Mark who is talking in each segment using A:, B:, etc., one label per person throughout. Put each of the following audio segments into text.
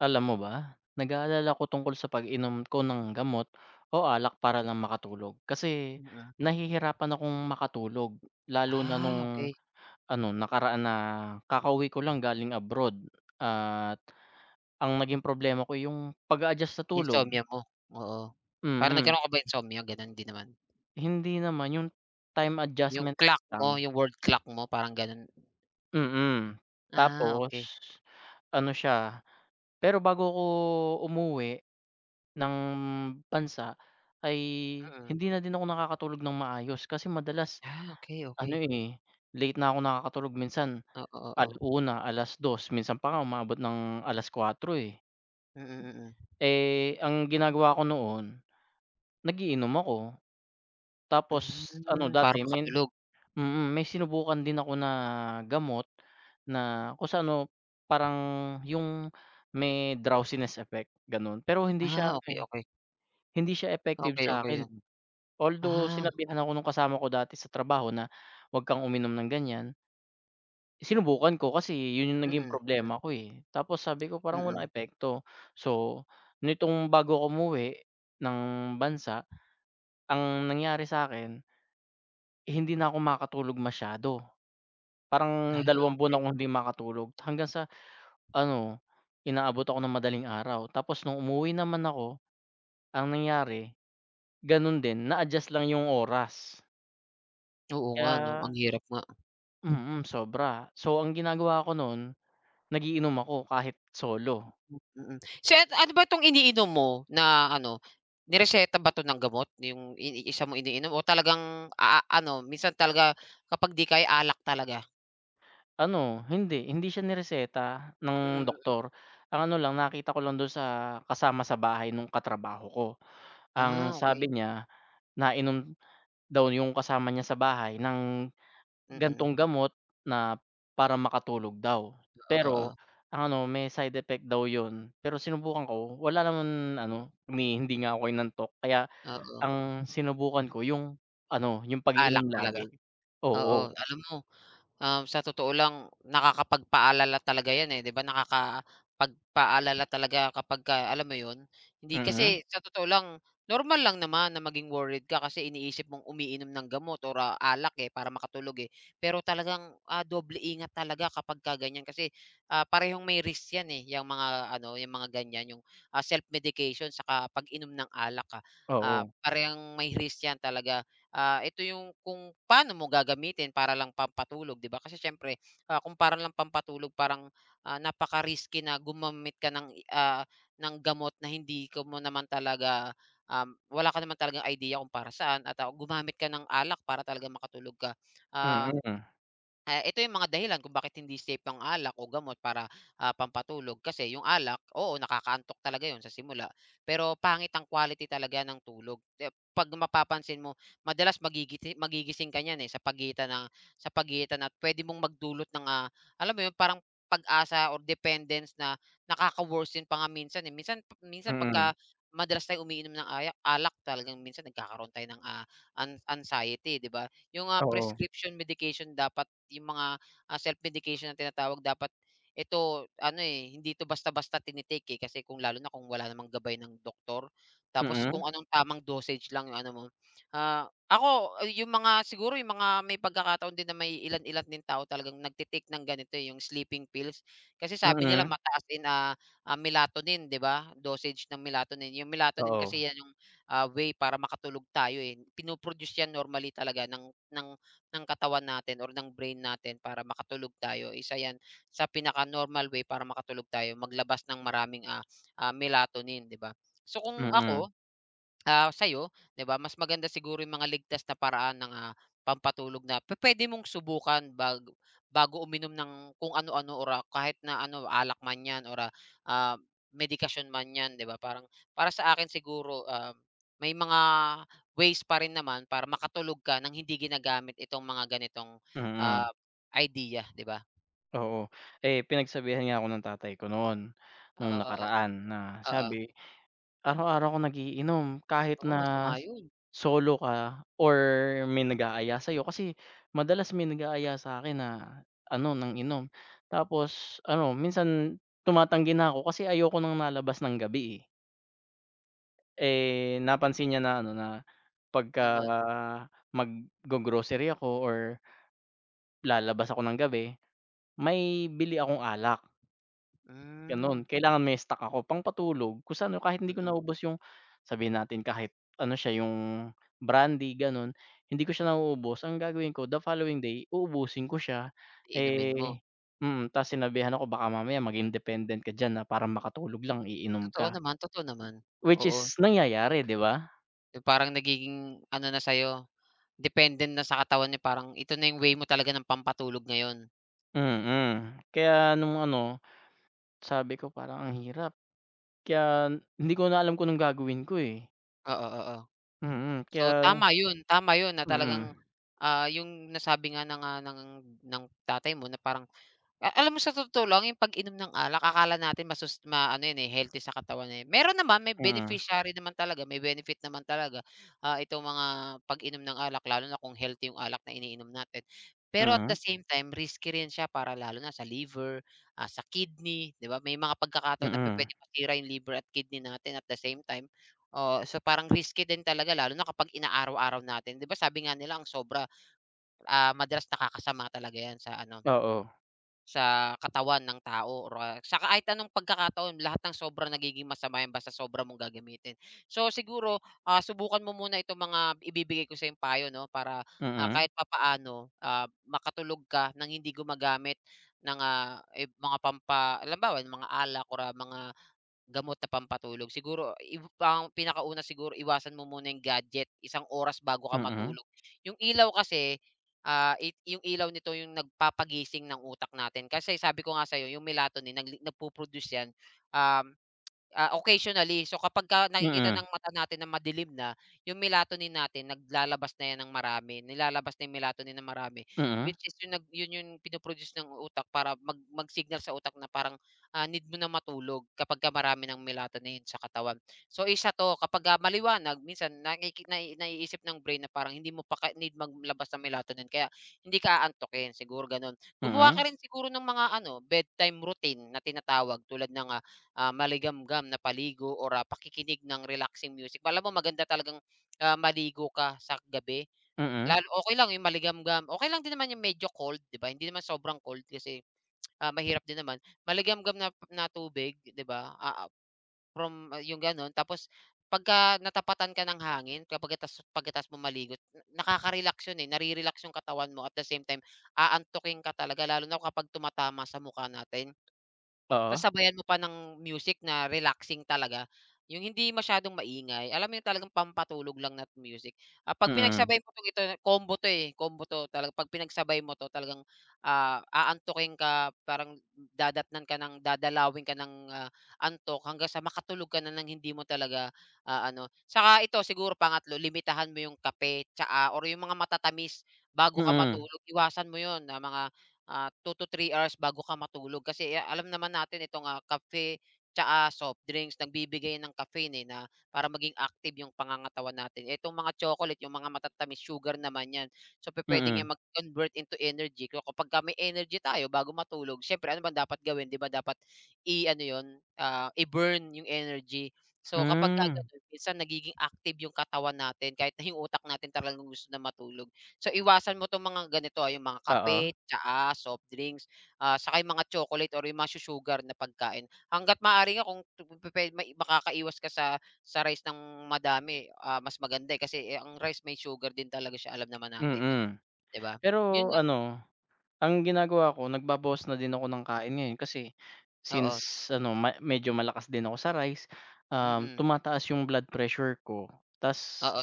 A: Alam mo ba, nag-aalala ko tungkol sa pag-inom ko ng gamot o alak para lang makatulog. Kasi
B: Mm.
A: nahihirapan akong makatulog lalo na
B: Ah,
A: nung
B: okey.
A: ano, nakaraan na. Kakauwi ko lang galing abroad at ang naging problema ko yung pag adjust sa tulog,
B: Insomnia mo, oo. Parang
A: mm.
B: nagkaroon ka ba insomnia, gano'n? Hindi naman.
A: Hindi naman yung time
B: Yung
A: adjustment
B: clock mo,
A: lang,
B: yung world clock mo, parang gano'n?
A: mm.
B: Ah,
A: Tapos
B: okey.
A: ano siya pero bago ko umuwi ng bansa ay hindi
B: Mm.
A: na din ako nakakatulog ng maayos kasi madalas
B: Ah, okey,
A: ano,
B: okey.
A: late na ako nakakatulog minsan
B: Oo, oo.
A: alauna, alas dos minsan pa nga umaabot ng 4:00, eh.
B: Mm, mm.
A: Ang ginagawa ko noon, nag-iinom ako. Tapos ano
B: Hmm, para
A: dati
B: makatulog.
A: may sinubukan din ako na gamot na kung sa ano, parang yung may drowsiness effect gano'n, pero hindi siya
B: Ah,
A: ano,
B: okey, okey.
A: hindi siya effective
B: Okey, okey
A: sa'kin.
B: 'yun.
A: Although
B: Ah,
A: sinabihan ako nung kasama ko dati sa trabaho na, "Wag kang uminom ng ganyan." Sinubukan ko kasi yun yung naging
B: mm,
A: problema ko, eh. Tapos sabi ko parang walang
B: mm.
A: epekto. So, nitong bago ako umuwi ng bansa, ang nangyari sa'kin, eh, hindi na ako makatulog masyado. Parang
B: Ah,
A: dalawang buwan
B: okey.
A: akong hindi makatulog hanggang sa ano, inaabot ako ng madaling araw. Tapos nung umuwi naman ako, ang nangyari, ganun din, na-adjust lang yung oras.
B: Oo nga 'no,
A: Kaya
B: ang hirap nga.
A: Sobra. So, ang ginagawa ko nun, nagiinom ako kahit solo.
B: Mm. So at ano ba 'tong iniinom mo na ano, nireseta ba 'to ng gamot yung isa mong iniinom o talagang ano minsan talaga kapag 'di kaya alak talaga?
A: Ano, hindi siya nireseta ng
B: Mm, mm.
A: doktor. Ang ano lang, nakita ko lang dun sa kasama sa bahay nung katrabaho ko. Ang
B: Ah, okay.
A: sabi niya, nainom daw yung kasama niya sa bahay ng
B: Mm.
A: gan'tong gamot na para makatulog daw.
B: Oo,
A: Pero
B: oo.
A: ang ano, may side effect daw yun. Pero sinubukan ko, wala naman ano, hindi nga ako inantok kaya
B: Oo,
A: ang sinubukan ko yung ano, yung pag-iinom
B: alak talaga.
A: lagi. Oo,
B: Oo, alam mo. Sa totoo lang nakakapagpaalala talaga 'yan, eh, 'di ba, nakakapagpaalala talaga kapagka alam mo 'yun, hindi
A: mm,
B: kasi sa totoo lang normal lang naman na maging worried ka kasi iniisip mong umiinom ng gamot or, ah, alak, eh, para makatulog, eh. Pero talagang, ah, doble ingat talaga kapagka ganiyan kasi, ah, parehong may risk 'yan, eh, 'yang mga ano, yung mga ganiyan, yung, ah, self-medication sa pag-inom ng alak, ah. Ah,
A: oo,
B: parehong may risk 'yan talaga, ah, ito yung kung paano mo gagamitin para lang pampatulog, 'di ba? Kasi siyempre, ah, kung para lang pampatulog parang, ah, napaka-risky na gumamit ka ng, ah, ng gamot na hindi ka mo naman talaga, wala ka naman talagang idea kung para saan at, ah, gumamit ka ng alak para talaga makatulog ka. Ah
A: mm,
B: Ah, ito yung mga dahilan kung bakit hindi safe ang alak o gamot para, ah, pampatulog kasi yung alak, oo, nakakaantok talaga yun sa simula, pero pangit ang quality talaga ng tulog. Eh 'pag mapapansin mo madalas magigising ka niyan, eh, sa pagitan ng sa pagitan at puwede mong magdulot ng, ah, alam mo yun parang pag-asa or dependence na nakaka-worsen pa nga minsan, eh. Minsan minsan pagka
A: mm,
B: madalas tayong umiinom ng alak talagang minsan nagkakaroon tayo ng, ah, anxiety, 'di ba? Yung, ah,
A: oo,
B: prescription medication dapat yung mga, ah, self-medication na tinatawag dapat ito ano, eh, hindi ito basta-basta tinitake, eh, kasi kung lalo na kung wala namang gabay ng doktor. Tapos
A: mm,
B: kung anong tamang dosage lang yung ano mo. Ah, ako eh, yung mga siguro yung mga may pagkakataon din na may ilan-ilan din tao talagang nagte ng ganito, eh, yung sleeping pills. Kasi sabi nila
A: mm,
B: mataas ah, ah, melatonin, 'di ba? Dosage ng melatonin. Yung melatonin
A: oo,
B: kasi yan, ah, way para makatulog tayo, eh. Pinoproduce 'yan normally talaga ng katawan natin or ng brain natin para makatulog tayo. Isa 'yan sa pinaka-normal way para makatulog tayo, maglabas ng maraming, ah, ah, melatonin, 'di ba? So, kung
A: mm,
B: ako. Ah, sa'yo, 'di ba, mas maganda siguro yung mga ligtas na paraan ng, ah, pampatulog na pupuwede mong subukan bago uminom ng kung ano-ano or, ah, kahit na ano, alak man 'yan or, ah, ah, medikasyon man 'yan, 'di ba? Parang para sa akin siguro, may mga ways pa rin naman para makatulog ka ng hindi ginagamit itong mga ganitong,
A: mm,
B: ah, idea, 'di ba?
A: oo. Eh, pinagsabihan nga ako ng tatay ko noon, nung
B: Oo, oo,
A: nakaraan na,
B: oo.
A: sabi, araw-araw akong nagiinom kahit
B: Oo,
A: na
B: masama yun
A: solo ka or may nag-aaya sa'yo. Kasi madalas may nag-aaya sa'kin na ano, ng inom. Tapos ano, minsan tumatanggi na ako kasi ayoko ng nalabas ng gabi, eh. Eh, napansin niya na ano, na pagka
B: naman.
A: maggo-grocery ako or lalabas ako ng gabi, may bili akong alak.
B: Hmm,
A: Gano'n, kailangan may stock ako pangpatulog kung saan, kahit hindi ko
B: mm.
A: naubos yung, sabihin natin, kahit ano siya, yung brandy gano'n, hindi ko siya nauubos, ang gagawin ko the following day uubusin ko siya,
B: Iinumin mo.
A: eh. Mm, ta's sinabihan ako baka mamaya maging dependent ka diyan, na para makatulog lang iinom
B: Totoo
A: ka,
B: naman, totoo naman.
A: which is
B: Oo.
A: nangyayari, 'di ba?
B: Yung parang nagiging ano na sa'yo, dependent na sa katawan niya parang ito na yung way mo talaga ng pampatulog ngayon.
A: Mm, kaya nung ano, sabi ko parang ang hirap, kaya hindi ko na alam kung anong gagawin ko, eh.
B: Oo, oo.
A: Mm,
B: So,
A: kaya
B: tama yun na
A: mm,
B: talagang, ah, yung nasabi nga na nga ng tatay mo na parang. Alam mo sa totoo lang yung pag-inom ng alak akala natin masus ma ano yun, eh, healthy sa katawan, eh, meron naman may
A: mm,
B: beneficiary naman talaga, may benefit naman talaga, ah, itong mga pag-inom ng alak lalo na kung healthy yung alak na iniinom natin. Pero at the
A: mm,
B: same time risky rin siya para lalo na sa liver, ah, sa kidney, 'di ba? May mga pagkakataon na
A: mm.
B: pupuwedeng masira yung liver at kidney natin at the same time. Oh, so parang risky din talaga lalo na kapag inaaraw-araw natin. 'Di ba sabi nga nila ang sobra, ah, madalas nakakasama talaga yan sa ano,
A: Oo,
B: sa katawan ng tao or, ah, sa kahit anong pagkakataon lahat ng sobra nagiging masama 'yan basta sobra mong gagamitin. So siguro, ah, subukan mo muna itong mga ibibigay ko sa'yong payo 'no para, ah,
A: mm,
B: kahit papaano, ah, makatulog ka ng hindi gumagamit ng, ah, eh, mga alam ba? Yung mga alak or, ah, mga gamot na pampatulog. Siguro ang pinakauna siguro iwasan mo muna yung gadget isang oras bago ka
A: mm,
B: matulog. Yung ilaw kasi. Ah, yung ilaw nito yung nagpapagising ng utak natin kasi sabi ko nga sa'yo yung melatonin nagpo-produce yan, um, ah, occasionally. So kapagka nakikita
A: mm,
B: ng mata natin na madilim na, yung melatonin natin naglalabas na yan ng marami, nilalabas na yung melatonin ng marami,
A: mm,
B: which is yung yun yung pinoproduce ng utak para mag-signal sa utak na parang, ah, need mo na matulog kapagka marami ng melatonin sa katawan. So, isa 'to kapag, ah, maliwanag minsan nakiki nai naiisip ng brain na parang hindi mo pa ka need maglabas ng melatonin kaya hindi ka aantukin, siguro gano'n. Gumawa ka
A: mm,
B: rin siguro ng mga ano, bedtime routine na tinatawag tulad ng, ah, ah, maligamgam na paligo or, ah, pakikinig ng relaxing music. Alam mo maganda talagang, ah, maligo ka sa gabi,
A: mm,
B: lalo okay lang yung maligamgam, okay lang din naman yung medyo cold, 'di ba? Hindi naman sobrang cold kasi, ah, mahirap din naman. Maligamgam na na tubig, 'di ba? Ah, From ah, yung gano'n tapos pagka natapatan ka ng hangin pagkatapos pagkatapos mo maligo nakaka-relax yun, eh, nare-relax yung katawan mo at the same time aantukin ka talaga lalo na kapag tumatama sa mukha natin.
A: oo,
B: Tas sabayan mo pa ng music na relaxing talaga, yung hindi masyadong maingay, alam mo yung talagang pampatulog lang na music. Ah, 'pag
A: mm,
B: pinagsabay mo 'tong ito, combo 'to, eh, combo 'to talaga 'pag pinagsabay mo 'to talagang, ah, aantukin ka, parang dadatnan ka ng dadalawin ka ng, ah, antok hanggang sa makatulog ka na ng hindi mo talaga, ah, ano. Saka ito siguro pangatlo, limitahan mo yung kape, tsaa or yung mga matatamis bago ka
A: mm,
B: matulog, iwasan mo yun na mga, ah, 2 to 3 hours bago ka matulog kasi, ah, alam naman natin itong, ah, kape tsaka soft drinks nagbibigay ng caffeine, eh, na para maging active yung pangangatawan natin. Itong mga chocolate, yung mga matatamis, sugar naman 'yan. So, pupuwedeng yang
A: mm,
B: mag-convert into energy ko kapagka may energy tayo bago matulog siyempre ano bang dapat gawin, 'di ba, dapat i-ano 'yun, ah, i-burn yung energy. So, kapagka
A: hmm,
B: gano'n minsan nagiging active yung katawan natin kahit na yung utak natin talagang gusto na matulog. So, iwasan mo 'tong mga ganito, ah, yung mga
A: oo,
B: kape, tsaa, soft drinks, ah, saka yung mga chocolate or yung masu-sugar na pagkain. Hangga't maaari nga kung pupupuwe mai makakaiwas ka sa rice ng madami, ah, mas maganda, eh, kasi, eh, ang rice may sugar din talaga siya, alam naman natin yun,
A: mm.
B: 'di ba?
A: Pero
B: Yun nga,
A: ano, ang ginagawa ko, nagbabawas na din ako ng kain ngayon kasi
B: oo,
A: since ano, ma medyo malakas din ako sa rice, um,
B: mm,
A: tumataas yung blood pressure ko ta's
B: oo.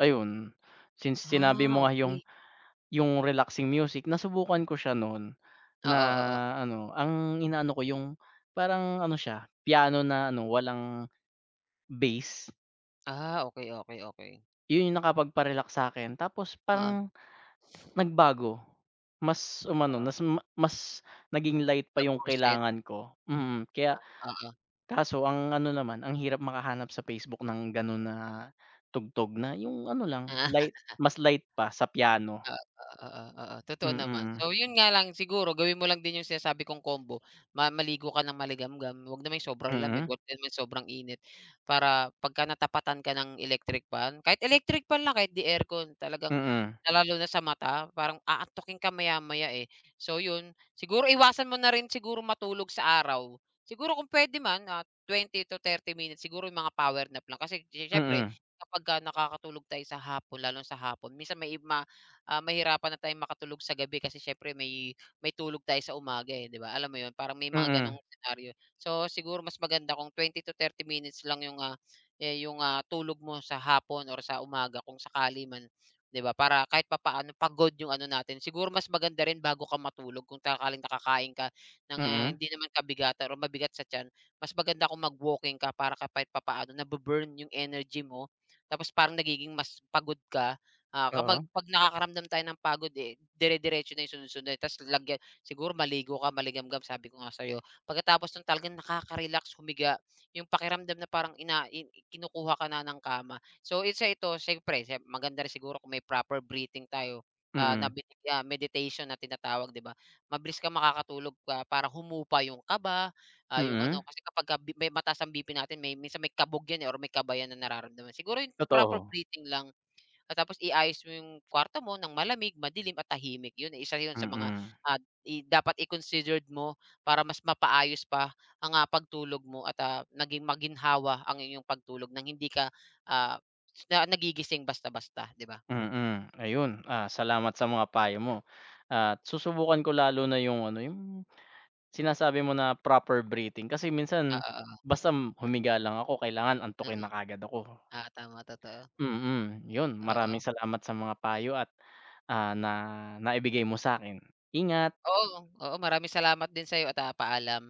A: ayun, since sinabi
B: Ah,
A: mo nga yung
B: okey.
A: Yung relaxing music, nasubukan ko siya no'n na
B: Oo, oo.
A: ano, ang inaano ko yung parang ano siya, piano na ano, walang bass.
B: Ah, okey, okey, okey.
A: 'Yun yung nakapagpa-relax sa'kin, tapos
B: Oo,
A: parang nagbago. Mas umano,
B: oo.
A: nas mas naging light pa yung
B: Nag-worsen,
A: kailangan ko, mm. Kaya
B: ah, oo.
A: kaso ang ano naman, ang hirap makahanap sa Facebook ng gano'n na tugtog, na yung ano lang,
B: Ah.
A: light, mas light pa sa piano.
B: Oo, oo, oo,
A: Mm,
B: totoo naman.
A: mm,
B: So, yun nga lang siguro gawin mo lang din yung sinasabi kong combo, maligo ka ng maligamgam, wag naman yung sobrang lamig,
A: mm,
B: wag din naman sobrang init. Para pagka natapatan ka ng electric fan, kahit electric fan lang, kahit 'di aircon, talagang
A: mm,
B: lalo na sa mata, parang aantukin ka maya-maya, eh. So yun, siguro iwasan mo na rin siguro matulog sa araw. Siguro kung puwede man, ah, 20 to 30 minutes, siguro yung mga power nap lang kasi siyempre
A: mm,
B: kapagka nakakatulog tayo sa hapon, lalo sa hapon minsan may iba, ah, mahirapan na tayong makatulog sa gabi kasi siyempre may tulog tayo sa umaga, eh, 'di ba? Alam mo 'yun, parang may mga gano'ng
A: mm.
B: scenario. So, siguro mas maganda kung 20 to 30 minutes lang 'yung, ah, eh, 'yung, ah, tulog mo sa hapon or sa umaga kung sakali man, 'di ba? Para kahit papaano pagod 'yung ano natin. Siguro mas maganda rin bago ka matulog kung sakaling nakakain ka ng, ah,
A: Mm,
B: hindi naman kabigatan or mabigat sa tiyan, mas maganda kung mag-walking ka para kahit papaano nabu-burn 'yung energy mo tapos parang nagiging mas pagod ka. Ah,
A: oo,
B: 'pag nakakaramdam tayo ng pagod, eh, dire-diretso na yung sunod-sunod tas lagyan siguro maligo ka, maligamgam sabi ko nga sa'yo. Pagkatapos nun talagang nakaka-relax humiga, yung pakiramdam na parang ina i kinukuha ka na ng kama. So, isa ito siyempre maganda rin siguro kung may proper breathing tayo, ah,
A: mm,
B: meditation na tinatawag, 'di ba? Mabilis kang makakatulog pa para humupa yung kaba, ah, yung ano
A: mm,
B: kasi kapagka may mataas ang BP natin may minsan may kabog yan, eh, or may kaba yan na nararamdaman. Siguro yung proper
A: totoo.
B: breathing lang, at tapos iayos mo yung kwarto mo ng malamig, madilim at tahimik. Yun, eh, isa yun sa mga,
A: Mm,
B: ah, dapat i-considered mo para mas mapaayos pa ang, ah, pagtulog mo at, ah, naging maginhawa ang iyong pagtulog nang hindi ka, ah, na nagigising basta-basta, 'di ba?
A: mm, ayun, salamat sa mga payo mo at susubukan ko, lalo na yung ano, yung sinasabi mo na proper breathing, kasi minsan
B: Oo, oo.
A: basta humiga lang ako, kailangan antukin
B: Mm.
A: na kaagad ako.
B: Oo, tama, totoo.
A: Mm, yun, maraming
B: Oo.
A: salamat sa mga payo at, na naibigay mo sa akin. Ingat.
B: Oo, oo maraming salamat din sa iyo at, ah, paalam.